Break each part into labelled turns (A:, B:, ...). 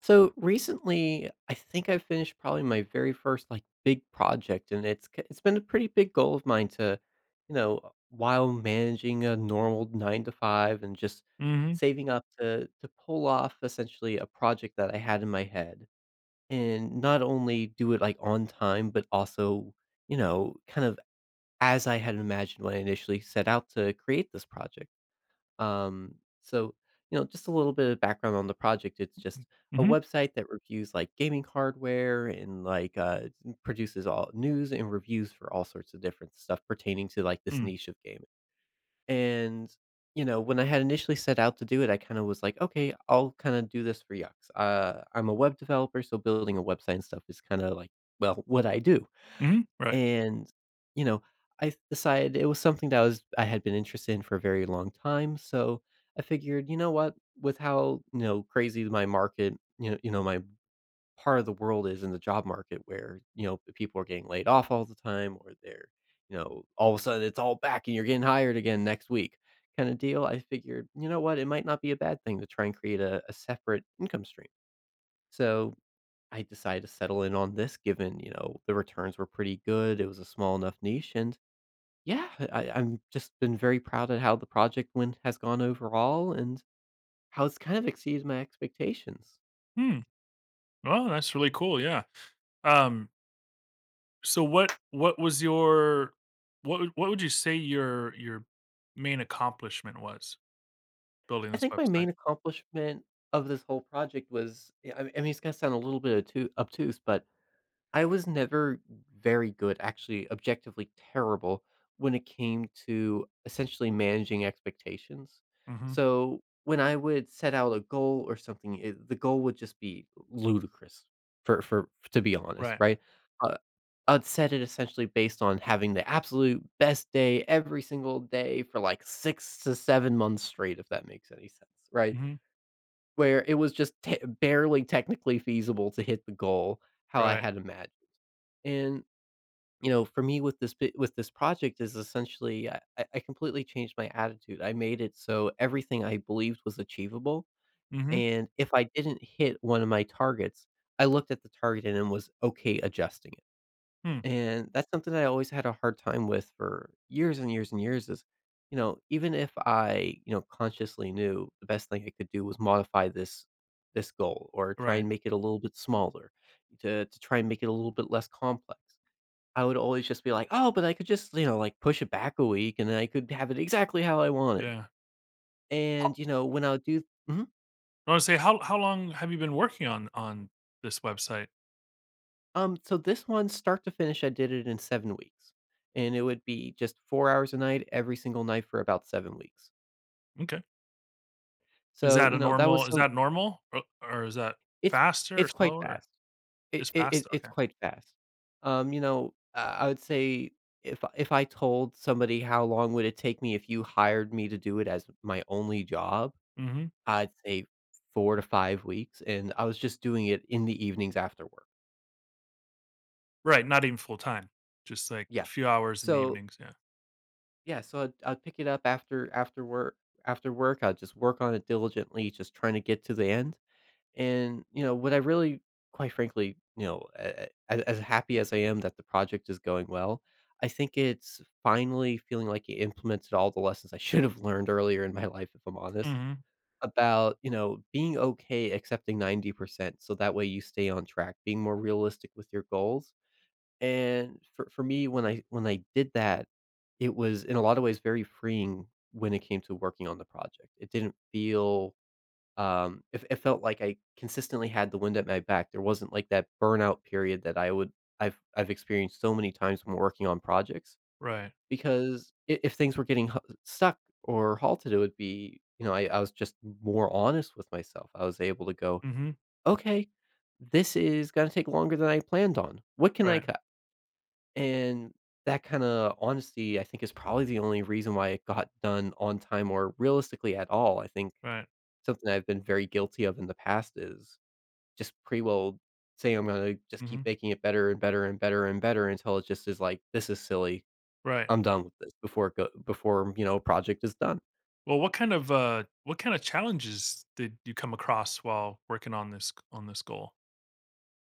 A: So recently, I think I finished probably my very first like big project, and it's been a pretty big goal of mine to, you know, while managing a normal nine to five and just
B: Mhm.
A: saving up to pull off essentially a project that I had in my head, and not only do it like on time, but also you know, kind of as I had imagined when I initially set out to create this project. Um, so, just a little bit of background on the project. It's just a
B: Mhm.
A: website that reviews like gaming hardware and like produces all news and reviews for all sorts of different stuff pertaining to like this
B: Mm.
A: niche of gaming. And when I had initially set out to do it, I kind of was like, okay, I'll kind of do this for yucks. I'm a web developer, so building a website and stuff is kind of like, well, what I do.
B: Mhm. Right.
A: And, you know, I decided it was something that was I had been interested in for a very long time, so I figured, you know what, with how, crazy my market, my part of the world is in the job market where, people are getting laid off all the time or they're, all of a sudden it's all back and you're getting hired again next week kind of deal. I figured, you know what, it might not be a bad thing to try and create a separate income stream. So I decided to settle in on this given, the returns were pretty good. It was a small enough niche and yeah, I'm just been very proud at how the project went has gone overall and how it's kind of exceeded my expectations.
B: Hmm. Well, that's really cool, yeah. Um, so what was your what would you say your main accomplishment was building
A: I
B: this
A: think my
B: website?
A: main accomplishment of this whole project was I mean it's gonna sound a little bit obtuse, but I was never very good, actually, objectively terrible when it came to essentially managing expectations.
B: Mhm.
A: So when I would set out a goal or something, the goal would just be ludicrous, for to be honest,
B: Right.
A: right? Uh, I'd set it essentially based on having the absolute best day every single day for like 6 to 7 months straight, if that makes any sense, right?
B: Mhm.
A: Where it was just barely technically feasible to hit the goal how I
B: Right.
A: had imagined and, for me with this project is essentially I completely changed my attitude. I made it so everything I believed was achievable,
B: Mhm.
A: and if I didn't hit one of my targets, I looked at the target and then was okay adjusting it.
B: Hmm.
A: And that's something I always had a hard time with for years and years and years is, even if I consciously knew the best thing I could do was modify this goal or try
B: Right.
A: and make it a little bit smaller, to try and make it a little bit less complex. I would always just be like, "Oh, but I could just, like, push it back a week, and then I could have it exactly how I wanted."
B: Yeah. Ho
A: And, when I would do. Mhm.
B: I wanna say how long have you been working on this website?
A: So this one, start to finish, I did it in 7 weeks, and it would be just 4 hours a night every single night for about 7 weeks.
B: Okay.
A: So, that was
B: Is
A: some.
B: that normal? Or is that
A: it's
B: faster or
A: it's quite
B: slower?
A: fast. It
B: It's
A: it it
B: faster.
A: it's
B: Okay.
A: quite fast. I would say if I told somebody how long would it take me if you hired me to do it as my only job
B: Mhm.
A: I'd say 4 to 5 weeks, and I was just doing it in the evenings after work.
B: Right, not even full time, just, like, a
A: Yeah.
B: few hours in the
A: So
B: evenings, yeah.
A: yeah, so I'd pick it up after work, I'd just work on it diligently, just trying to get to the end, and, what I really quite frankly, a as happy as I am that the project is going well, I think it's finally feeling like it implemented all the lessons I should have learned earlier in my life, if I'm honest.
B: Mhm,
A: About, being okay accepting 90% so that way you stay on track, being more realistic with your goals. And for me, when I did that, it was in a lot of ways very freeing when it came to working on the project. It didn't feel. It felt like I consistently had the wind at my back. There wasn't like that burnout period that I would I've experienced so many times when working on projects.
B: right.
A: Because I if things were getting h stuck or halted, it would be you know, I was just more honest with myself. I was able to go,
B: Mhm,
A: "Okay, this is gonna take longer than I planned on. What can I
B: right,
A: cut?" And that kinda honesty, I think, is probably the only reason why it got done on time or realistically at all. I think
B: right,
A: something I've been very guilty of in the past is just pretty well saying I'm gonna just
B: mhm,
A: keep making it better and better and better and better until it just is like, "This is silly.
B: right.
A: I'm done with this before it go before, you know, a project is done."
B: Well, what kinda challenges did you come across while working on this goal?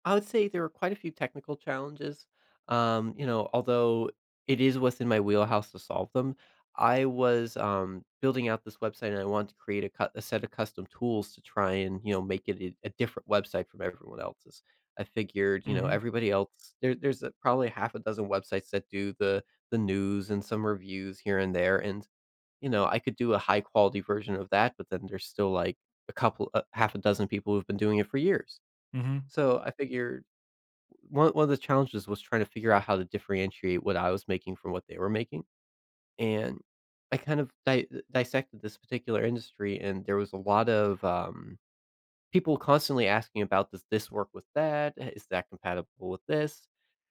A: I would say there were quite a few technical challenges. Although it is within my wheelhouse to solve them, I was, building out this website and I wanted to create a set of custom tools to try and, make it a different website from everyone else's. I figured,
B: Mhm,
A: everybody else there's, probably half a dozen websites that do the news and some reviews here and there, and I could do a high quality version of that, but then there's still like a couple, half a dozen people who've been doing it for years.
B: mhm,
A: So I figured one of the challenges was trying to figure out how to differentiate what I was making from what they were making, and I kind of dissected this particular industry, and there was a lot of people constantly asking about does this work with that? Is that compatible with this?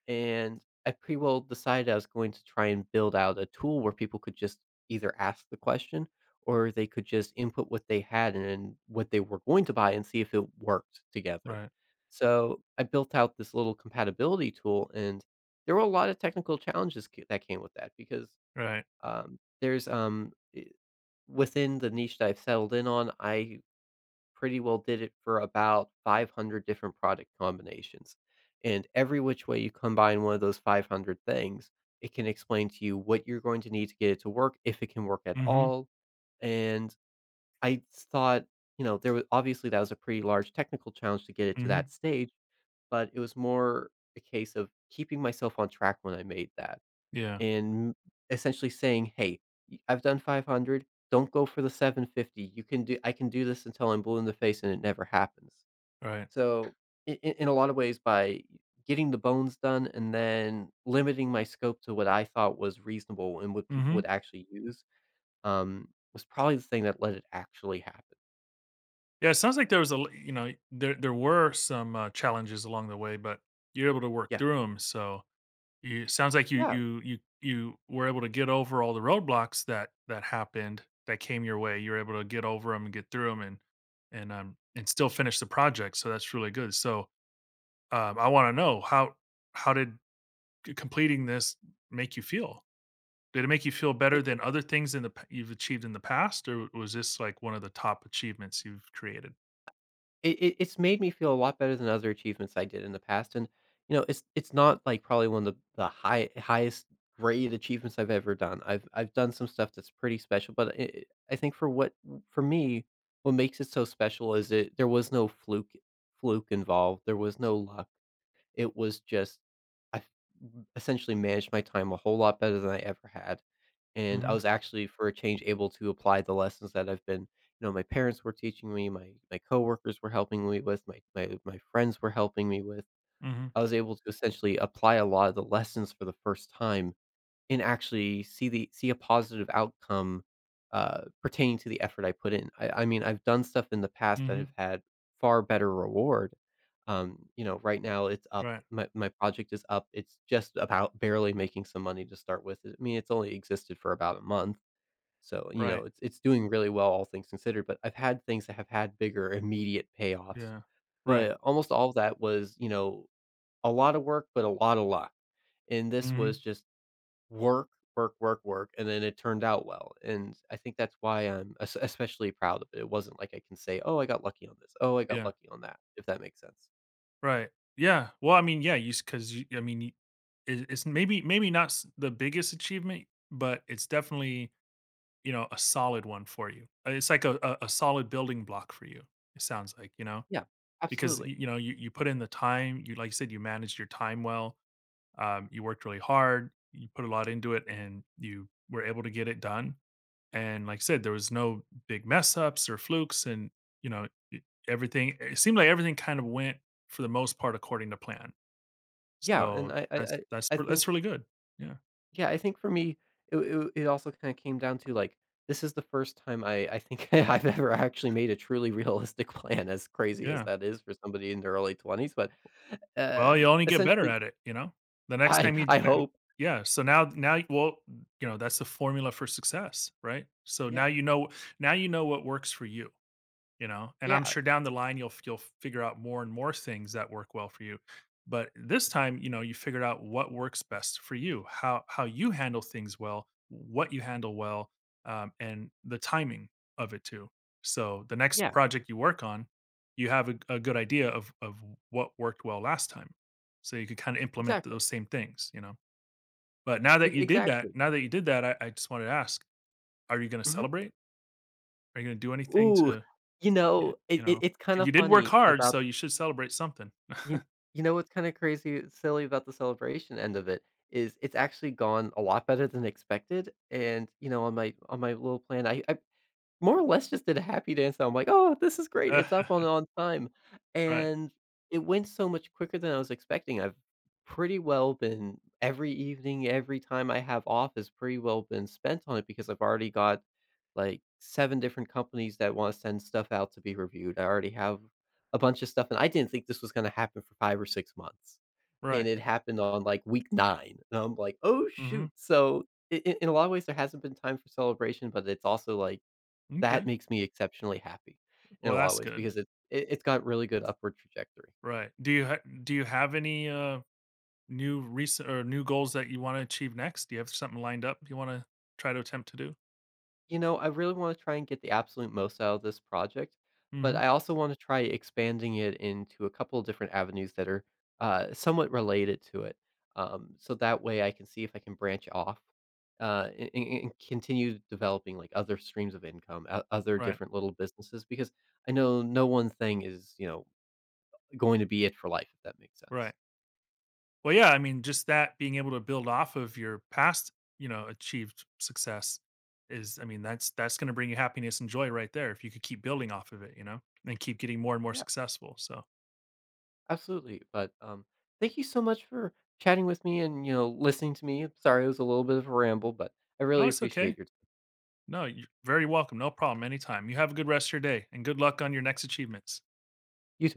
A: And I pretty well decided I was going to try and build out a tool where people could just either ask the question or they could just input what they had and then what they were going to buy and see if it worked together.
B: right,
A: So I built out this little compatibility tool, and there were a lot of technical challenges that came with that because
B: right.
A: um, there's um, i- within the niche that I've settled in on, I pretty well did it for about 500 different product combinations. And every which way you combine one of those 500 things, it can explain to you what you're going to need to get it to work, if it can work at
B: Mhm,
A: all. And I thought, there was obviously that was a pretty large technical challenge to get it to
B: mhm,
A: that stage, but it was more a case of keeping myself on track when I made that
B: yeah,
A: and essentially saying, "Hey, I've done 500. Don't go for the 750. You can do. I can do this until I'm blue in the face, and it never happens."
B: right.
A: So, in a lot of ways, by getting the bones done and then limiting my scope to what I thought was reasonable and what people
B: Mhm.
A: would actually use, was probably the thing that let it actually happen.
B: Yeah, it sounds like there was a l you know, there were some, challenges along the way, but you're able to work
A: Yeah,
B: through them. So you sounds like you were able to get over all the roadblocks that happened that came your way. You were able to get over them and get through them and and still finish the project. So that's really good. So I want to know how completing this make you feel? Did it make you feel
A: yeah.
B: better than other things you've achieved in the past, or was this like one of the top achievements you've created?
A: It's made me feel a lot better than other achievements I did in the past, and, it's not, like, probably one of the highest grade achievements I've ever done. I've done some stuff that's pretty special, but I think for me, what makes it so special is it there was no fluke involved, there was no luck. It was just I f essentially managed my time a whole lot better than I ever had. And I
B: Mm-hmm.
A: was actually, for a change, able to apply the lessons that I've been you know, my parents were teaching me, my coworkers were helping me with, my friends were helping me with.
B: Mm-hmm.
A: I was able to essentially apply a lot of the lessons for the first time and actually see the see a positive outcome, pertaining to the effort I put in. I mean, I've done stuff in the past that
B: Mm-hmm.
A: have had far better reward. Right now it's up.
B: Right.
A: My project is up. It's just about barely making some money to start with. I mean, it's only existed for about a month. So,
B: Right.
A: it's doing really well, all things considered. But I've had things that have had bigger immediate payoffs.
B: Yeah. Right.
A: But almost all of that was, a lot of work, but a lot of luck. And this
B: Mm-hmm.
A: was just work, work, work, work, and then it turned out well, and I think that's why I'm es especially proud of it. It wasn't like I can say, "Oh, I got lucky on this. Oh, I got
B: Yeah.
A: lucky on that," if that makes sense.
B: Right. Yeah. Well, I mean, yeah, you because you, I mean, it's maybe not the biggest achievement, but it's definitely a solid one for you. It's like a solid building block for you. It sounds like
A: Yeah,
B: because
A: absolutely.
B: you put in the time. You, like you said, you managed your time well. You worked really hard. You put a lot into it, and you were able to get it done. And like I said, there was no big mess ups or flukes, and everything. It seemed like everything kind of went for the most part according to plan.
A: Yeah, and
B: So,
A: I I I
B: that's that's
A: I
B: r
A: think
B: that's really good. Yeah,
A: yeah, I think for me, it also kinda came down to, like, this is the first time I think I've ever actually made a truly realistic plan, as crazy as
B: yeah.
A: that is for somebody in their early 20s, but,
B: Well, you only get better
A: essentially,
B: at it, you know? The next
A: I
B: time you
A: I
B: then,
A: hope.
B: yeah. So now, that's the formula for success, right? So
A: Yeah,
B: now you know what works for you. You know, and I'm
A: yeah,
B: sure down the line you'll figure out more and more things that work well for you. But this time, you know, you figured out what works best for you, how you handle things well, what you handle well, and the timing of it too. So the next
A: yeah,
B: project you work on, you have a good idea of what worked well last time, so you could kind of implement
A: exactly.
B: those same things, you know. But now
A: E
B: that you did that
A: Exactly.
B: now that you did that I just wanted to ask, are you going to
A: Mhm.
B: celebrate? Are you gonna do anything
A: Ooh,
B: to s y you
A: it it
B: know?
A: it's kinda
B: You did work
A: funny
B: hard,
A: about
B: so you should celebrate something.
A: you. You know what's kinda crazy silly about the celebration end of it is it's actually gone a lot better than expected, and, on my little plan, I more or less just did a happy dance, and I'm like, "Oh, this is great, it's up on on time,"
B: Right,
A: and it went so much quicker than I was expecting, I've pretty well been every evening, every time I have off has pretty well been spent on it because I've already got, like, 7 different companies that wanna send stuff out to be reviewed, I already have a bunch of stuff, and I didn't think this was gonna happen for 5 or 6 months,
B: right.
A: and it happened on, like, week 9, and I'm like, "Oh,
B: Mhm.
A: shoot." So, I in a lot of ways, there hasn't been time for celebration, but it's also like that
B: M'kay.
A: makes me exceptionally happy in
B: Well,
A: a lot of
B: that's
A: ways
B: good.
A: because it's got really good upward trajectory.
B: Right. Do you have any, new recent or new goals that you wanna achieve next? Do you have something lined up you wanna try to attempt to do?
A: You know, I really wanna try and get the absolute most out of this project, but
B: Mhm.
A: I also wanna try expanding it into a couple of different avenues that are, somewhat related to it. So that way I can see if I can branch off, and continue developing, like, other streams of income, o other
B: Right,
A: different little businesses because I know no one thing is, going to be it for life, if that makes sense.
B: right. Well, yeah, I mean, just that being able to build off of your past, achieved success is, I mean, that's going to bring you happiness and joy right there if you could keep building off of it, and keep getting more and more successful. So,
A: Absolutely. But thank you so much for chatting with me and listening to me. Sorry, it was a little bit of a ramble, but I
B: no,
A: really
B: it's okay.
A: appreciate your time.
B: No, you're very welcome. No problem. Anytime. You have a good rest of your day and good luck on your next achievements.
A: You